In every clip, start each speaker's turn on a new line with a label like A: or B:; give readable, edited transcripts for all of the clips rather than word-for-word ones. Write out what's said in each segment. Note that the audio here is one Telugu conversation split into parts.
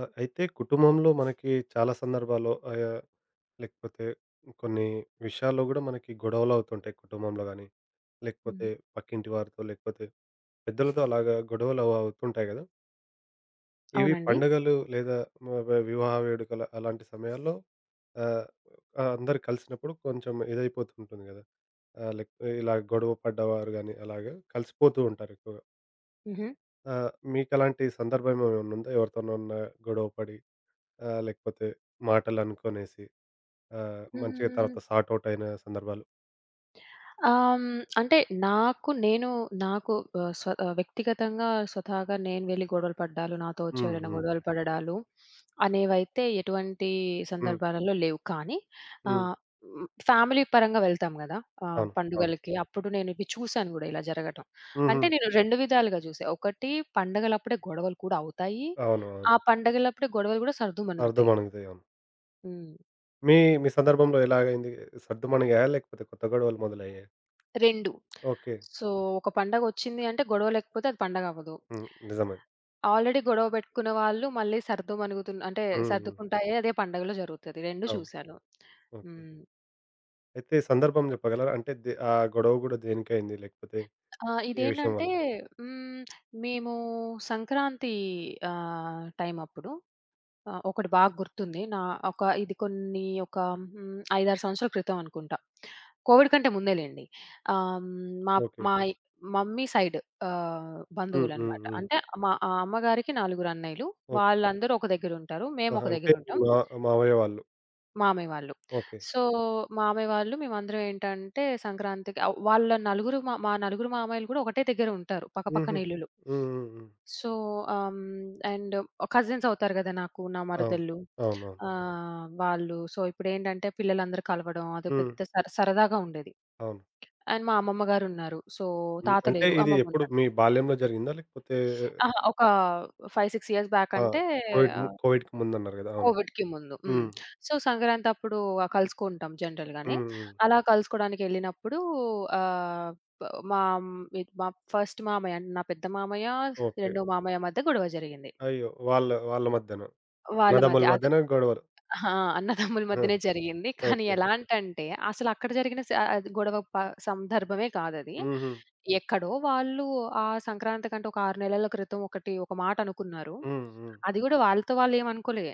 A: ఆ! అయితే కుటుంబంలో మనకి చాలా సందర్భాల్లో లేకపోతే కొన్ని విషయాల్లో గూడా మనకి గొడవలవుతుంటాయి కుటుంబంలో గానీ, లేకపోతే
B: హ్మ్.
A: పక్కింటి వారితో, లేకపోతే పెద్దలతో అలాగా గొడవలు అవుతుంటాయి గదా! ఇవి
B: అవునండి.
A: పండగలు లేదా వ వ వివాహ వేడుకలు అలాంటి సమయాల్లో ఆహ్, ఆహ్, అందరూ కలిసినప్పుడు కొంచెం ఇదైపోతుంటుంది గదా! లేక ఇలా గొడవ పడ్డవారు గానీ అలాగా కలిసిపోతూ ఉంటారు ఎక్కువగా.
B: హుహు.
A: మీకలాంటి సందర్భం ఏమైనా ఉందా? ఎవరితోనన్నా గొడవ పడి ఆ! లేకపోతే మాటలనుకోనేసి మంచిగా తర్వాత
B: హ్మ్.
A: సార్ట్ ఔట్ అయిన సందర్భాలు.
B: ఆహ్, హ్మ్. అంటే నాకు నేను నాకు ఆహ్, స్వ ఆహ్, వ్యక్తిగతంగా స్వతహాగా నేను వెళ్లి గొడవలు పడ్డాలు, నాతో వచ్చి
A: హ్మ్.
B: ఎవరైనా
A: హ్మ్.
B: గొడవలు పడడాలు అనేవైతే ఎటువంటి
A: హ్మ్.
B: సందర్భాలలో లేవు. కానీ
A: హ్మ్.
B: ఆహ్, హ్మ్. ఫ్యామిలీ పరంగా వెళ్తాం గదా!
A: అవును. అవును.
B: పండుగలకి. అప్పుడు నేను ఇవి చూసాను గూడా ఇలా జరగటం.
A: హుహు.
B: అంటే నేను 2 విధాలుగా చూసా. ఒకటి పండగలప్పుడే గొడవలు కూడా అవుతాయి.
A: అవును. అవును.
B: ఆ పండగలప్పుడే గొడవలు గూడా సర్దుమణుగుతాయి.
A: సర్దుమణిగితే అవును.
B: హ్మ్.
A: మీ మీ సందర్భంలో ఎలాగైంది? సర్దుమణిగాయా? లేకపోతే కొత్త గొడవలు మొదలయ్యాయా?
B: 2
A: ఓకే.
B: సో, ఒక పండగొచ్చింది అంటే గొడవ లేకపోతే అది పండగవ్వదు.
A: హ్మ్. నిజమే.
B: ఆల్రెడీ గొడవ పెట్టుకున్న వాళ్ళు మళ్ళీ సర్దుమణుగుతున్న అంటే
A: హ్మ్. హ్మ్.
B: సర్దుకుంటాయే అదే పండగలో జరుగుతది. 2
A: అవును.
B: చూశాను.
A: ఓకే.
B: హ్మ్.
A: అయితే సందర్భం చెప్పగలరా? అంటే ఆ గొడవ గూడా దేనికైంది? లేకపోతే ఏ విషయం
B: ఇదేంటంటే
A: వల్ల?
B: హ్మ్, మేము సంక్రాంతి టైమప్పుడు ఆ! ఒకటి బాగా గుర్తుంది. నా ఒక ఇది కొన్ని ఒక హ్మ్, 5, 6 సంవత్సరాల క్రితం అనుకుంటా. కోవిడ్ కంటే ముందే లెండి. ఆహ్, హ్మ్, మా
A: ఓకే.
B: మా మమ్మీ సైడ్
A: హ్మ్. హ్మ్.
B: బంధువులనమాట.
A: హ్మ్.
B: అంటే మా ఆ అమ్మగారికి నలుగురు అన్నయ్యలు.
A: ఓకే.
B: వాళ్ళందరూ ఒక దగ్గరుంటారు. మేము
A: ఆహా!
B: ఒక
A: అంటే
B: దగ్గరుంటాం.
A: మా మావయ్య వాళ్ళు.
B: మామయ్య వాళ్ళు.
A: ఓకే.
B: సో, మామయ్య వాళ్ళు మేమందరం ఏంటంటే సంక్రాంతికి వాళ్ళ నలుగురు మా మా నలుగురు మామయ్యలు కూడా ఒకటే దగ్గర ఉంటారు.
A: హుహు.
B: పక్కపక్కన ఇల్లులు.
A: హ్మ్. హ్మ్. హ్మ్.
B: సో, అండ్ కజిన్స్ అవుతారు గదా! నాకు, నా
A: అవును.
B: మరదళ్ళు.
A: అవునవును.
B: ఆ! వాళ్ళు సో, ఇప్పుడేంటంటే పిల్లలందరూ కలవడం అదో
A: హ్మ్.
B: పెద్ద సరదాగా ఉండేది.
A: అవును.
B: అండ్ మా అమ్మమ్మ గారున్నారు. సో,
A: హ్మ్.
B: తాత
A: అంటే
B: లేరు.
A: ఇది ఎప్పుడు
B: అమ్మమ్మున్నారు.
A: మీ బాల్యంలో జరిగిందా? లేకపోతే
B: అహా! ఒక 5, 6 ఇయర్స్ బ్యాక్
A: ఆ!
B: అంటే ఆహ్,
A: కోవిడ్‌కి ముందన్నారు గదా! అవును.
B: కోవిడ్‌కి ముందు.
A: హ్మ్.
B: సో, సంక్రాంతప్పుడు కలుసుకుంటాం జనరల్‌గానే.
A: హ్మ్. హ్మ్.
B: అలా కలుసుకోవడానికెళ్ళినప్పుడు ఆహ్, మా అమ్- ఇ- మా ఫస్ట్ మామయ్య అంటే నా పెద్ద మామయ్య,
A: ఓకే.
B: రెండో మామయ్య మధ్య గొడవ జరిగింది.
A: అయ్యో! వాళ్ళ వాళ్ళ మధ్యన.
B: వాళ్ళ
A: అన్నదమ్ముల
B: మధ్య. అది
A: మధ్యన గొడవలు.
B: ఆ! అన్నదమ్ముల
A: ఆ!
B: మధ్యనే జరిగింది. కానీ
A: ఓకే.
B: ఎలాంటంటే, అసలక్కడ జరిగిన స అది గొడవ ప సందర్భమే కాదది.
A: హుహు.
B: ఎక్కడో వాళ్ళు ఆ సంక్రాంతికంటే ఒక 6 నెలల క్రితం ఒకటి ఒక మాట అనుకున్నారు.
A: హ్మ్. హ్మ్.
B: అది కూడా వాళ్ళతో వాళ్ళేమనుకోలే.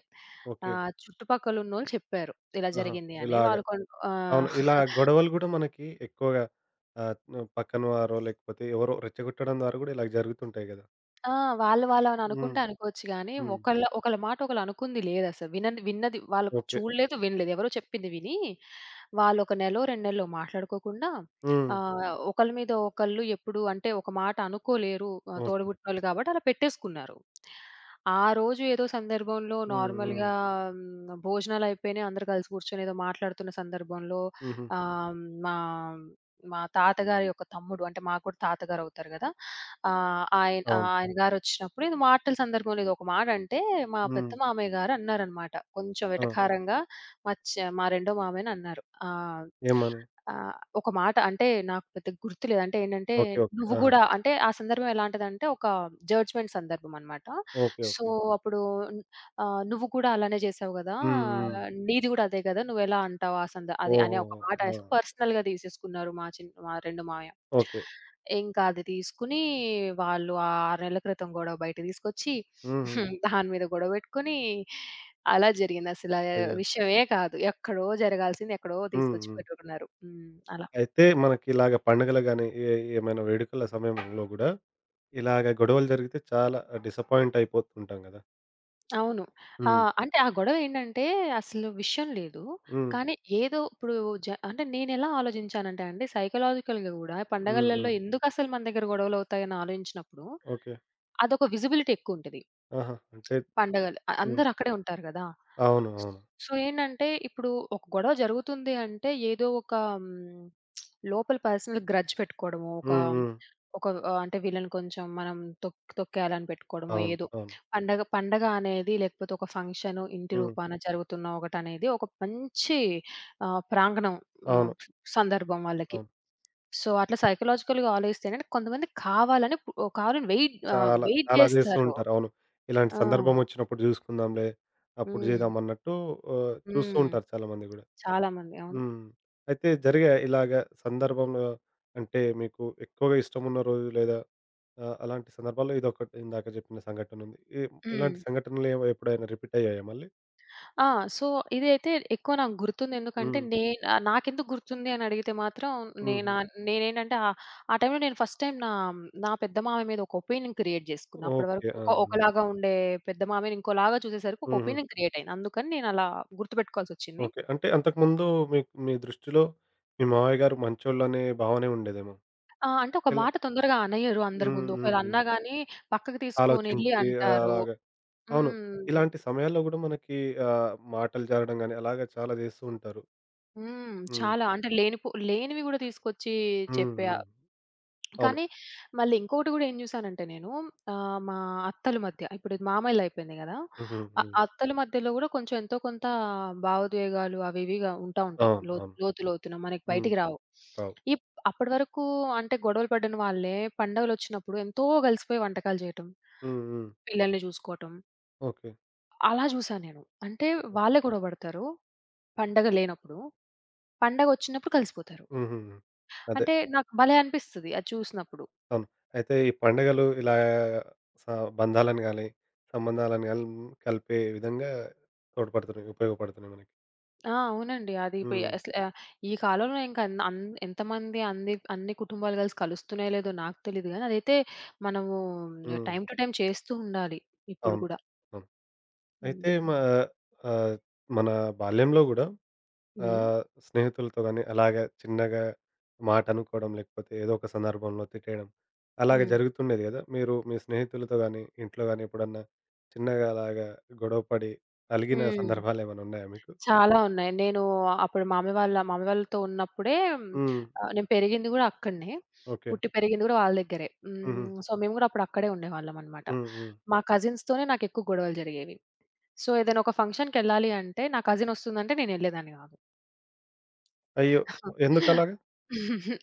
A: ఓకే.
B: చుట్టుపక్కలున్నోళ్ళు చెప్పారు ఇలా
A: ఆహా!
B: జరిగింది అని.
A: ఇలాగ.
B: వాళ్ళు కొన్ ఆ!
A: అవును. ఇలా గొడవలు గూడా మనకి ఎక్కువగా ఆహ్, పక్కన వారో లేకపోతే ఎవరో రెచ్చగొట్టడం ద్వారా గూడా ఇలాగ జరుగుతుంటాయి గదా!
B: ఆ! వాళ్ళు వాళ్ళని
A: హ్మ్.
B: అనుకుంటే అనుకోవచ్చు గానీ,
A: హ్మ్.
B: ఒకళ్ళ ఒకళ్ళ మాట ఒకళ్ళు అనుకుంది లేదసలు. విన్నది వాళ్ళు
A: ఓకే.
B: చూడలేదు, వినలేదు. ఎవరో చెప్పింది విని, వాళ్ళు ఒక నెలో, 2 నెల్లో మాట్లాడుకోకుండా
A: హ్మ్.
B: ఒకళ్ళ మీద ఒకళ్ళు ఎప్పుడు అంటే ఒక మాట అనుకోలేరు
A: ఓకే.
B: తోడబుట్టినోళ్ళు కాబట్టి అలా పెట్టేసుకున్నారు. ఆ రోజు ఏదో సందర్భంలో
A: హ్మ్. హ్మ్.
B: నార్మల్‌గా భోజనాలయిపోయినాయి. అందరూ కలిసి కూర్చొని ఏదో మాట్లాడుతున్న సందర్భంలో
A: హుహు.
B: ఆహ్, మా మా తాతగారి యొక్క తమ్ముడు అంటే మాకు కూడా తాతగారవుతారు గదా!
A: అవును.
B: ఆయన గారొచ్చినప్పుడు ఇది మాటల సందర్భంలో ఇదొక మాట అంటే, మా
A: హ్మ్.
B: పెద్ద మామయ్య గారు అన్నారనమాట. కొంచెం
A: ఆ!
B: వెటకారంగా మా రెండో మామయ్యని అన్నారు. ఆహ్,
A: ఏమని?
B: ఆహ్, ఒక మాట అంటే నాకు పెద్దగా గుర్తులేదు. అంటే ఏంటంటే,
A: ఓకే. ఓకే.
B: "నువ్వు
A: ఆహా!
B: గూడా" అంటే ఆ సందర్భం ఎలాంటిదంటే, ఒక జడ్జ్‌మెంట్ సందర్భం అనమాట.
A: ఓకే.
B: So,
A: okay.
B: అప్పుడు "నువ్వు కూడా అలానే చేసావు గదా!
A: హ్మ్. హ్మ్.
B: నీది గూడా అదే గదా! నువ్వెలా అంటావు ఆ సంద" అది అనే ఒక
A: ఓహోహో!
B: మాట
A: ఆ!
B: అనేసి పర్సనల్‌గా తీసేసుకున్నారు మా రెండో మావయ్య.
A: ఓకే.
B: ఇంకా అది తీసుకుని వాళ్ళు ఆ 6 నెలల క్రితం గొడవ బయట తీసుకొచ్చి
A: హుహు.
B: దాని మీద గొడవ పెట్టుకొని అలా జరిగిందసల
A: అయ్యో!
B: విషయమే కాదు. ఎక్కడో జరగాల్సింది ఎక్కడో
A: హ్మ్.
B: తీసుకొచ్చి
A: హ్మ్.
B: పెట్టుకున్నారు. అలా.
A: అయితే మనకి ఇలాగ పండుగలు గాని, ఏమైనా వేడుకల సమయంలో గూడా ఇలాగ గొడవలు జరిగితే చాలా డిసప్పాయింట్ అయిపోతుంటాం గదా!
B: అవును. ఆ!
A: హ్మ్.
B: అంటే ఆ గొడవేంటంటే అసలు విషయం లేదు.
A: హ్మ్.
B: కానీ ఏదో ఇప్పుడు అంటే నేనెలా ఆలోచించానంటే అండి సైకలాజికల్‌గా గూడా
A: హ్మ్.
B: పండగలలో
A: హ్మ్.
B: ఎందుకసలు మన దగ్గర గొడవలవుతాయని ఆలోచించినప్పుడు
A: ఓకే.
B: అదొక విజిబిలిటీ ఎక్కువుంటది.
A: ఆహా! అంటే
B: పండగలు.
A: హ్మ్.
B: అందరూ అక్కడే ఉంటారు గదా!
A: అవును. అవును.
B: సో, ఏంటంటే ఇప్పుడు ఒక గొడవ జరుగుతుంది అంటే ఏదో ఒక హ్మ్, లోపల పర్సనల్ గ్రడ్జ్ పెట్టుకోవడమో, ఒక
A: హ్మ్. హ్మ్.
B: ఒక ఆహ్, అంటే వీళ్ళని కొంచెం మనం తొక్కేయాలని పెట్టుకోవడమో
A: అవును.
B: ఏదో.
A: అవును.
B: పండగ పండగ అనేది లేకపోతే ఒక ఫంక్షన్ ఇంటి
A: హ్మ్.
B: రూపాన జరుగుతున్న ఒకటనేది ఒక మంచి ప్రాంగణం,
A: అవును.
B: ఆహ్, సందర్భం వాళ్ళకి.
A: అవును.
B: సో, అట్లా సైకలాజికల్‌గా ఆలోచిస్తేనే కొంతమంది కావాలని పు కావాలని వెయిట్ ఆహ్,
A: చాలా,
B: వెయిట్
A: చాలా జేస్తూ
B: జేస్తారు.
A: ఉంటారు. అవును. ఇలాంటి
B: ఆ!
A: సందర్భం ఒచ్చినప్పుడు జూసుకుందాంలే, అప్పుడు
B: హ్మ్.
A: జేద్దాం అన్నట్టు చూస్తూ
B: హ్మ్.
A: ఉంటారు చాలామంది గూడా.
B: చాలా మంది. అవును.
A: హ్మ్. అయితే జరిగాయా ఇలాగ సందర్భంలో అంటే మీకు ఎక్కువగా ఇష్టమున్న రోజు లేదా అలాంటి సందర్భాల్లో ఇదొకటి ఇందాక చెప్పిన సంఘటన ఉంది.
B: హ్మ్.
A: ఇలాంటి సంఘటనలు ఎప్పుడైనా రిపీట్ అయ్యాయా మళ్ళీ?
B: ఆ! సో, ఇదైతే ఎక్కువ నాకు గుర్తుంది. ఎందుకంటే,
A: హ్మ్.
B: నాకెందుకు గుర్తుంది అని అడిగితే మాత్రం
A: హుహు.
B: నేనా నేనేంటంటే, ఆహ్, ఆ టైంలో నేను ఫస్ట్ టైమ్ నా నా పెద్ద మామయ్య మీద ఒక ఒపీనియన్ క్రియేట్ జేసుకున్నా. అప్పటి
A: ఓకే.
B: వరకు
A: ఆ! ఆ!
B: ఒకలాగా ఉండే పెద్ద మామయ్యని ఇంకోలాగా చూసేసరికి ఒక
A: హుహు.
B: ఒపీనియన్ క్రియేట్ అయింది. అందుకని నేనలా గుర్తుపెట్టుకోవాల్సొచ్చింది.
A: ఓకే. అంటే అంతకుముందు మీకు మీ దృష్టిలో మీ మామయ్య గారు మంచోళ్ళనే భావనే ఉండేదేమో.
B: ఆ! అంటే ఒక
A: ఎలా
B: మాట తొందరగా అనయ్యరు అందరి
A: హ్మ్.
B: ముందు.
A: హ్మ్.
B: ఒకవేళ
A: హ్మ్.
B: అన్నా గాని పక్కకి తీసుకొనెళ్ళి
A: ఆలోచించి ఆ,
B: అంటారు.
A: అలాగా అవును.
B: హ్మ్.
A: ఇలాంటి సమయాల్లో గూడా మనకి మాటలు జారడం గాని అలాగే చాలా జేస్తూ ఉంటారు.
B: హ్మ్.
A: హ్మ్.
B: చాలా అంటే లేనివి గూడా తీసుకొచ్చి
A: హ్మ్.
B: చెప్పే.
A: హ్మ్. అవును.
B: కానీ మళ్ళీ ఇంకొకటి గూడా ఏం జూసానంటే నేను మా అత్తల మధ్య ఇప్పుడు మామయ్యలయిపోయింది గదా!
A: హుహు. హ్మ్.
B: అత్తల మధ్యలో గూడా కొంచెం ఎంతో కొంత భావోద్వేగాలు అవి ఇవిగా ఉంటాయి.
A: అవును.
B: లోతు
A: అవును.
B: లోతు లోతున మనకి
A: హ్మ్.
B: బయటికి రావు.
A: రావు.
B: ఇప్ అప్పటి వరకు అంటే గొడవలు పడిన వాళ్ళే పండుగలొచ్చినప్పుడు ఎంతో గలిసిపోయి వంటకాలు జేయటం,
A: హ్మ్. హ్మ్.
B: పిల్లల్ని జూసుకోవటం
A: ఓకే.
B: అలా జూసా నేను. అంటే వాళ్ళే గొడవ పడతారు పండగ లేనప్పుడు. పండగొచ్చినప్పుడు కలిసిపోతారు.
A: హుహుహు. అదే.
B: అంటే నాకు భలే అనిపిస్తది అది చూసినప్పుడు.
A: అవును. అయితే ఈ పండుగలు ఇలా స బంధాలను గాని, సంబంధాలను గాని కలిపే విధంగా తోడ్పడుతున్నాయి, ఉపయోగపడుతున్నాయి మనకి.
B: ఆ! అవునండి. అది ఇప్
A: హ్మ్.
B: అసలు ఆహ్, ఈ కాలంలో ఇంకా అన్ అన్ ఎంతమంది అన్ని అన్ని కుటుంబాలు కలిసి కలుస్తున్నాయో లేదో నాకు తెలీదు గానీ, అదైతే మనము
A: హ్మ్.
B: టైమ్ టు టైమ్ చేస్తూ ఉండాలి ఇప్పుడు
A: అవును.
B: గూడా.
A: అవును. అయితే
B: హ్మ్.
A: మా ఆహ్, మన బాల్యంలో గూడా
B: హ్మ్.
A: ఆహ్, స్నేహితులతో గాని, అలాగా చిన్నగా మాట అనుకోవడం, లేకపోతే ఏదో ఒక సందర్భంలో తిట్టేయడం, అలాగ
B: హ్మ్.
A: జరుగుతుండేది గదా! మీరు మీ స్నేహితులతో గాని, ఇంట్లో గాని ఎప్పుడన్నా చిన్నగా అలాగా గొడవ పడి అలిగిన
B: హ్మ్.
A: సందర్భాలేమైనా ఉన్నాయా మీకు?
B: చాలా ఉన్నాయి. నేను అప్పుడు మా అమ్మ వాళ్ళతో ఉన్నప్పుడే
A: హ్మ్.
B: నేను పెరిగింది గూడా అక్కడనే.
A: ఓకే.
B: పుట్టి పెరిగింది గూడా వాళ్ళ దగ్గరే.
A: హుహు.
B: సో, మేము గూడా అప్పుడు అక్కడే ఉండేవాళ్ళం అన్నమాట.
A: హ్మ్. హ్మ్.
B: మా కజిన్స్‌తోనే నాకెక్కువ గొడవలు జరిగేవి. సో, ఏదైనా ఒక ఫంక్షన్‌కెళ్ళాలి అంటే, నా కజిన్ వస్తుందంటే నేనెళ్ళేదాన్ని గాదు.
A: అయ్యో! ఎందుకలాగా?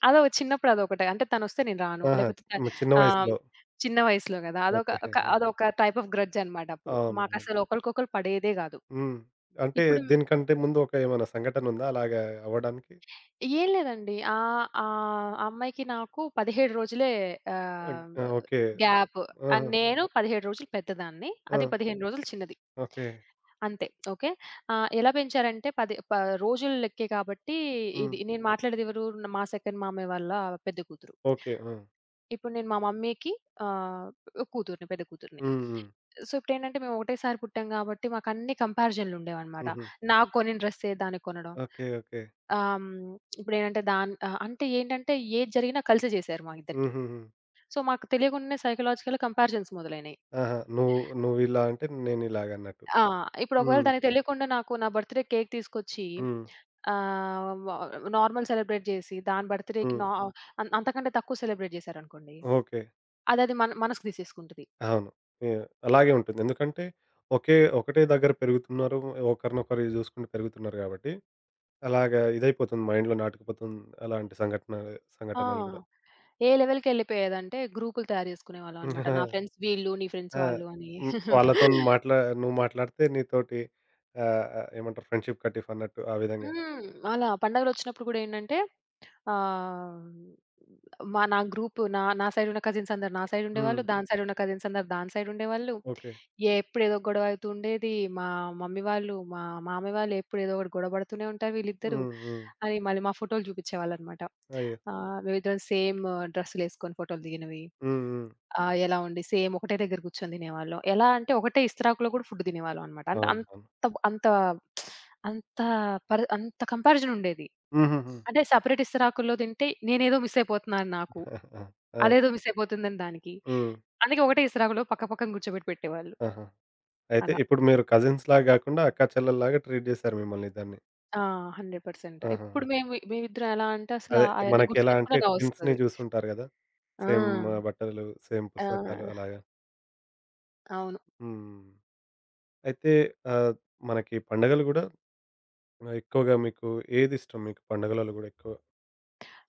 B: అదో చిన్నప్పుడు అదొకటి. అంటే తనొస్తే నేను రాను.
A: ఆహా! హ్మ్. చిన్న
B: ఆహ్,
A: వయసులో.
B: చిన్న వయసులో గదా!
A: ఓకే. హెహె.
B: అదొక టైప్ ఆఫ్ గ్రడ్జ్ అనమాట అప్పుడు.
A: అవును. అవును.
B: మాకసలు ఒకళ్ళకొకళ్ళు పడేదే గాదు.
A: హ్మ్. అంటే
B: ఇప్పుడు
A: దీనికంటే ముందు ఒక ఏమైనా సంఘటనుందా అలాగా అవ్వడానికి?
B: ఏం లేదండి. ఆహ్, ఆహ్, ఆ అమ్మాయికి నాకు 17 రోజులే ఆహ్,
A: ఆ! ఓకే.
B: గ్యాప్.
A: ఆహా!
B: నేను 17 రోజులు పెద్దదాన్ని.
A: ఆ!
B: అది 15 రోజులు చిన్నది.
A: ఓకే.
B: అంతే. ఓకే. ఎలా పెంచారంటే పది ప రోజులు లెక్కే కాబట్టి
A: హ్మ్.
B: ఇది నేను మాట్లాడేదెవరు? మా సెకండ్ మామయ్య వాళ్ళ పెద్ద కూతురు.
A: ఓకే. ఆ!
B: ఇప్పుడు నేను మా మమ్మీకి ఆహ్, కూతురిని, పెద్ద కూతురిని.
A: హ్మ్. హ్మ్.
B: సో, ఇప్పుడేంటంటే మేము ఒకటేసారి పుట్టాం కాబట్టి మాకన్ని కంపారిజన్‌లుండేవన్నమాట.
A: హుహు.
B: నాకు కొనిన డ్రెస్సే దానికి కొనడం.
A: ఓకే. ఓకే.
B: ఆహ్, హ్మ్, ఇప్పుడేంటంటే దాన్ ఆహ్, అంటే ఏంటంటే ఏది జరిగినా కలిసి చేశారు మా ఇద్దరికీ.
A: హుహుహు.
B: సో, మాకు తెలియకుండానే సైకలాజికల్‌గా కంపారిజన్స్ మొదలైనయి.
A: ఆహా! నువ్వు నువ్విలా అంటే నేనిలాగన్నట్టు.
B: ఆ! ఇప్పుడు ఒకవేళ
A: హ్మ్.
B: దానికి తెలియకుండా నాకు నా బర్త్‌డే కేక్ తీసుకొచ్చి
A: హ్మ్.
B: ఆహ్, వ నార్మల్ సెలబ్రేట్ చేసి దాని బర్త్‌డేకి
A: హ్మ్.
B: నా అం అంతకంటే తక్కువ సెలబ్రేట్ చేశారనుకోండి,
A: ఓకే.
B: అదది మన మనసుకు తీసేసుకుంటది.
A: అవును. ఎ అలాగే ఉంటుంది. ఎందుకంటే ఒకటే దగ్గర పెరుగుతున్నారు. ఒకరినొకరు చూసుకుంటూ పెరుగుతున్నారు గాబట్టి, అలాగా ఇదైపోతుంది మైండ్‌లో నాటుకుపోతుంది. అలాంటి
B: ఆ!
A: సంఘటనలు గూడా.
B: ఏ లెవెల్‌కెళ్ళిపోయేదంటే గ్రూపులు తయారు జేసుకునేవాళ్ళమనమాట. నా ఫ్రెండ్స్ వీళ్ళు, నీ ఫ్రెండ్స్
A: ఆ!
B: వాళ్ళు అని.
A: హ్మ్. వాళ్ళతోని నువ్వు మాట్లాడితే నీతోటి ఆహ్, ఆహ్, ఏమంటారు ఫ్రెండ్‌షిప్ కట్ ఆఫ్ అన్నట్టు ఆ విధంగా.
B: హ్మ్. అలా పండగలొచ్చినప్పుడు గూడా ఏంటంటే ఆహ్, మా నా గ్రూప్ నా నా సైడ్ ఉన్న కజిన్స్ అందరు నా సైడ్
A: హ్మ్.
B: ఉండేవాళ్ళు. దాని సైడ్ ఉన్న కజిన్స్ అందరు దాని సైడ్ ఉండేవాళ్ళు.
A: ఓకే.
B: ఎప్పుడు ఏదో గొడవ అయితూ ఉండేది. మమ్మీ వాళ్ళు, మా మామయ్య వాళ్ళు ఎప్పుడు ఏదో ఒకటి గొడవ పడుతూనే ఉంటారు వీళ్ళిద్దరూ.
A: హ్మ్. హ్మ్.
B: అని మళ్ళీ మా ఫోటోలు చూపించేవాళ్ళనమాట.
A: అయ్యో!
B: మేమిద్దరం సేమ్ డ్రెస్సులేసుకొని ఫోటోలు దిగినవి.
A: హ్మ్. హ్మ్.
B: ఆహ్, ఎలా ఉండి సేమ్ ఒకటే దగ్గర కూర్చొని తినేవాళ్ళం. ఎలా అంటే ఒకటే ఇస్తరాకులో కూడా ఫుడ్ తినేవాళ్ళం అనమాట. అంటే
A: అవును.
B: అంత
A: అవును.
B: అంత అంత పరి అంత కంపారిజన్ ఉండేది.
A: హుహుహు.
B: అంటే సెపరేట్ ఇస్తరాకుల్లో తింటే నేనేదో మిస్ అయిపోతున్నాను నాకు.
A: ఆ!
B: అదేదో మిస్ అయిపోతుందని దానికి.
A: హ్మ్.
B: అందుకే ఒకటే ఇస్తరాకులో పక్క పక్కన కూర్చోబెట్టి పెట్టేవాళ్ళు.
A: ఆహా! అయితే
B: అలా.
A: ఇప్పుడు మీరు కజిన్స్‌లాగా గాకుండా అక్కాచెల్లెల్లాగా ట్రీట్ జేశారు మిమ్మల్ని ఇద్దరిని.
B: ఆ! 100%
A: ఆహా!
B: ఇప్పుడు మేము మేమిద్దరం ఎలా అంటే అసలు
A: అదే
B: అయన్నీ గుర్తు
A: మనకెలా అంటే
B: తెచ్చుకుంటే
A: ట్విన్స్‌ని
B: నవ్వొస్తది.
A: జూస్తుంటారు గదా!
B: ఆ!
A: సేమ్ బట్టలు, సేమ్ పుస్తకాలు
B: ఆ!
A: అలాగా.
B: అవును.
A: హ్మ్. అయితే ఆహ్, మనకి పండగలు గూడా ఎక్కువగా మీకు ఏదిష్టం మీకు పండుగలలో గూడా ఎక్కువ?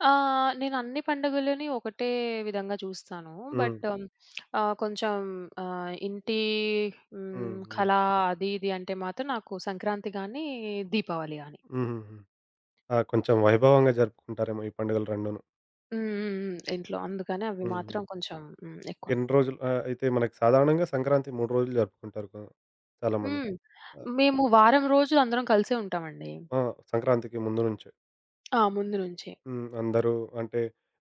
B: నేను అన్ని పండుగలని ఒకటే విధంగా చూస్తాను.
A: హ్మ్.
B: బట్ ఆహ్, కొంచెం ఆహ్, ఇంటి
A: హ్మ్.
B: హ్మ్,
A: హ్మ్.
B: కళ అది ఇది అంటే మాత్రం నాకు సంక్రాంతి గాని, దీపావళి గాని.
A: హుహుహు. ఆ! కొంచెం వైభవంగా జరుపుకుంటారేమో ఈ పండుగలు 2ను.
B: హ్మ్. హ్మ్. హ్మ్. ఇంట్లో అందుకని అవి
A: హ్మ్.
B: మాత్రం కొంచెం ఎక్కువ.
A: ఎన్ని రోజులు అయితే మనకి సాధారణంగా సంక్రాంతి 3 రోజులు జరుపుకుంటారు చాలామంది.
B: హ్మ్.
A: ఆహ్,
B: మేము వారం రోజులు అందరం కలిసే ఉంటామండి.
A: ఆ! సంక్రాంతికి ముందు నుంచే.
B: ఆ! ముందు నుంచి.
A: హ్మ్. అందరూ అంటే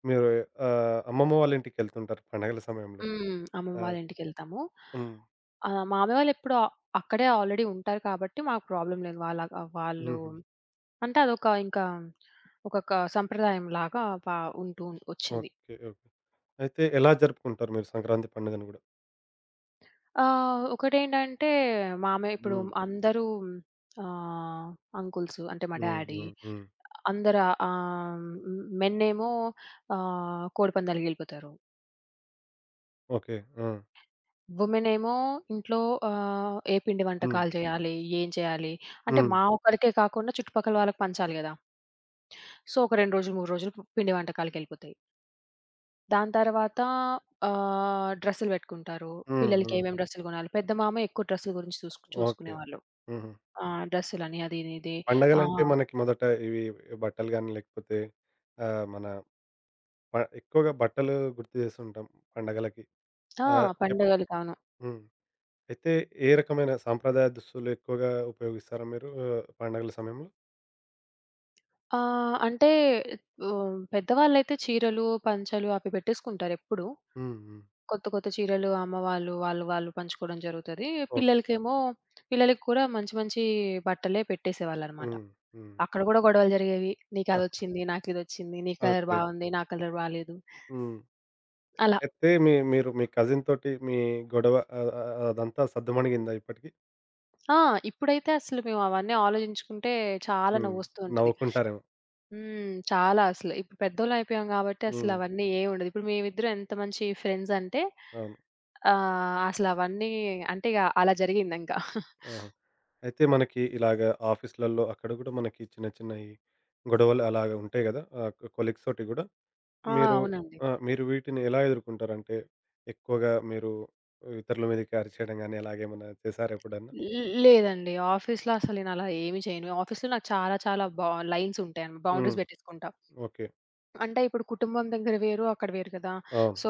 A: మీరు అమ్మమ్మ వాళ్ళ ఇంటికెళ్తుంటారు పండగల సమయంలో.
B: అమ్మమ్మ
A: ఆ!
B: వాళ్ళ ఇంటికెళ్తాము.
A: హ్మ్.
B: మామయ్య వాళ్ళు ఎప్పుడూ అక్కడే ఆల్రెడీ ఉంటారు కాబట్టి మాకు ప్రాబ్లమ్ లేదు. వాళ్ళ ఆహ్, వాళ్ళు
A: హుహు.
B: అంటే అదొక ఇంకా ఒక క సంప్రదాయం లాగా ఉంటూ వచ్చింది.
A: ఓకే. ఓకే. అయితే ఎలా జరుపుకుంటారు మీరు సంక్రాంతి పండుగను గూడా?
B: ఒకటేంటంటే మామయ్య ఇప్పుడు
A: హ్మ్.
B: అందరూ ఆహ్, అంకుల్స్ అంటే మా
A: హ్మ్.
B: డ్యాడీ
A: హ్మ్. హ్మ్.
B: అందరు మెన్నేమో కోడిపందాలకెళ్ళిపోతారు.
A: ఓకే. ఆ!
B: వుమెనేమో ఇంట్లో ఏ పిండి
A: హ్మ్.
B: వంటకాలు చేయాలి? ఏం చేయాలి? అంటే
A: హ్మ్.
B: మా ఒక్కరికే కాకుండా చుట్టుపక్కల వాళ్ళకి పంచాలి గదా! సో, ఒక 2 రోజులు, 3 రోజులు పిండి వంటకాలకెళ్ళిపోతాయి. దాని తర్వాత డ్రెస్సులు పెట్టుకుంటారు.
A: హ్మ్.
B: పిల్లలకి
A: హ్మ్.
B: ఏమేం డ్రెస్సులు కొనాలి? పెద్ద మామ ఎక్కువ డ్రెస్సుల గురించి
A: ఓకే.
B: చూసుకునేవాళ్ళు.
A: హుహు.
B: ఆ! డ్రెస్సులని అది ఇది. ఆ!
A: పండగలంటే మనకి మొదట ఇవి బట్టలు గాని లేకపోతే మన ప ఎక్కువగా బట్టలు గుర్తు చేస్తుంటాం పండగలకి.
B: ఆ!
A: ఆహ్, ఎప్
B: పండగలకి అవును.
A: హ్మ్. అయితే ఏ రకమైన సాంప్రదాయ దుస్తులు ఎక్కువగా ఉపయోగిస్తారా మీరు ఆ, పండగల సమయంలో?
B: ఆహ్, అంటే పెద్దవాళ్ళైతే చీరలు, పంచలు అవి పెట్టేసుకుంటారెప్పుడు.
A: హ్మ్. హ్మ్.
B: కొత్త కొత్త చీరలు అమ్మ వాళ్ళు, వాళ్ళు పంచుకోవడం జరుగుతది.
A: ఓకే.
B: పిల్లలకేమో పిల్లలకి కూడా మంచి మంచి బట్టలే పెట్టేసేవాళ్ళనమాట.
A: హ్మ్. హ్మ్.
B: అక్కడ కూడా గొడవలు జరిగేవి. నీకదొచ్చింది, నాకిదొచ్చింది, నీ కలర్
A: ఓకే.
B: బావుంది, నా కలర్ బాలేదు.
A: హ్మ్.
B: అలా.
A: అయితే మీరు మీ కజిన్ తోటి మీ గొడవ ఆహ్, ఆహ్, అదంతా సద్దుమణిగిందా ఇప్పటికి?
B: ఆ! ఇప్పుడైతే అసలు మేము అవన్నీ ఆలోచించుకుంటే చాలా
A: హ్మ్.
B: నవ్వొస్తూ ఉంటది.
A: నవ్వుకుంటారేమో.
B: హ్మ్. చాలా అసలు. ఇప్పుడు పెద్దోళ్ళయిపోయాం గాబట్టి
A: హ్మ్.
B: అసలవన్నీ ఏం ఉండదు. ఇప్పుడు మేమిద్దరం ఎంత మంచి ఫ్రెండ్స్ అంటే
A: అవును.
B: అసలవన్నీ అంటే ఇగ అలా జరిగిందింకా.
A: ఆహా! అయితే మనకి ఇలాగ ఆఫీస్‌లలో అక్కడ గూడా మనకి చిన్న చిన్నయి గొడవలు అలాగ ఉంటాయి గదా! కొలీగ్స్ తోటి గూడా.
B: ఆ!
A: మీరు
B: అవునండి.
A: ఆ! మీరు వీటిని ఎలా ఎదుర్కుంటారు? అంటే ఎక్కువగా మీరు ఇతరుల మీదకి అరిచేయడం గాని, అలాగేమన్నా చేసారా ఎప్పుడన్నా?
B: లేదండి. ఆఫీస్‌లో అసలు నేనలా ఏమి చేయను. ఆఫీస్‌లో నాకు చాలా చాలా లైన్స్ ఉంటాయన్నమాట.
A: హ్మ్.
B: బౌండరీస్ పెట్టేసుకుంటా.
A: ఓకే.
B: అంటే ఇప్పుడు కుటుంబం దగ్గర వేరు, అక్కడ వేరు కదా!
A: అవును.
B: సో,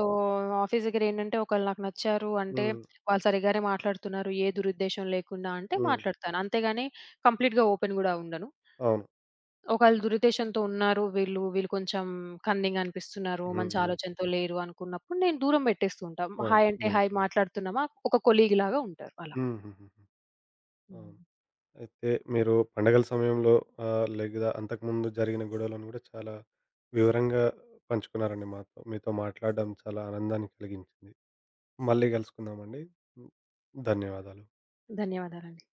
B: ఆఫీస్ దగ్గరేంటంటే ఒకళ్ళు నాకు నచ్చారు అంటే,
A: హ్మ్.
B: వాళ్ళు సరిగ్గానే మాట్లాడుతున్నారు, ఏ దురుద్దేశం లేకుండా అంటే
A: హ్మ్.
B: మాట్లాడతాను. అంతేగాని కంప్లీట్‌గా ఓపెన్ గూడా ఉండను.
A: అవును.
B: ఒకవేళ దురుద్దేశంతో ఉన్నారు. వీళ్ళు వీళ్ళు కొంచెం కన్నింగ్ అనిపిస్తున్నారు.
A: హ్మ్.
B: మంచి
A: హ్మ్.
B: ఆలోచనతో లేరు అనుకున్నప్పుడు నేను దూరం పెట్టేస్తూ ఉంటా.
A: అవును.
B: హాయ్ అంటే
A: నిజం.
B: హాయ్ మాట్లాడుతున్నామా, ఒక కొలీగ్ లాగా ఉంటారు అలా.
A: హుహుహుహు. అవును.
B: హ్మ్.
A: అయితే మీరు పండగల సమయంలో లేదా అంతకుముందు జరిగిన గొడవలను గూడా చాలా వివరంగా పంచుకున్నారండి మాతో. మీతో మాట్లాడడం చాలా ఆనందాన్ని కలిగించింది. మళ్ళీ గలుసుకుందామండి. ధన్యవాదాలు.
B: ధన్యవాదాలండి.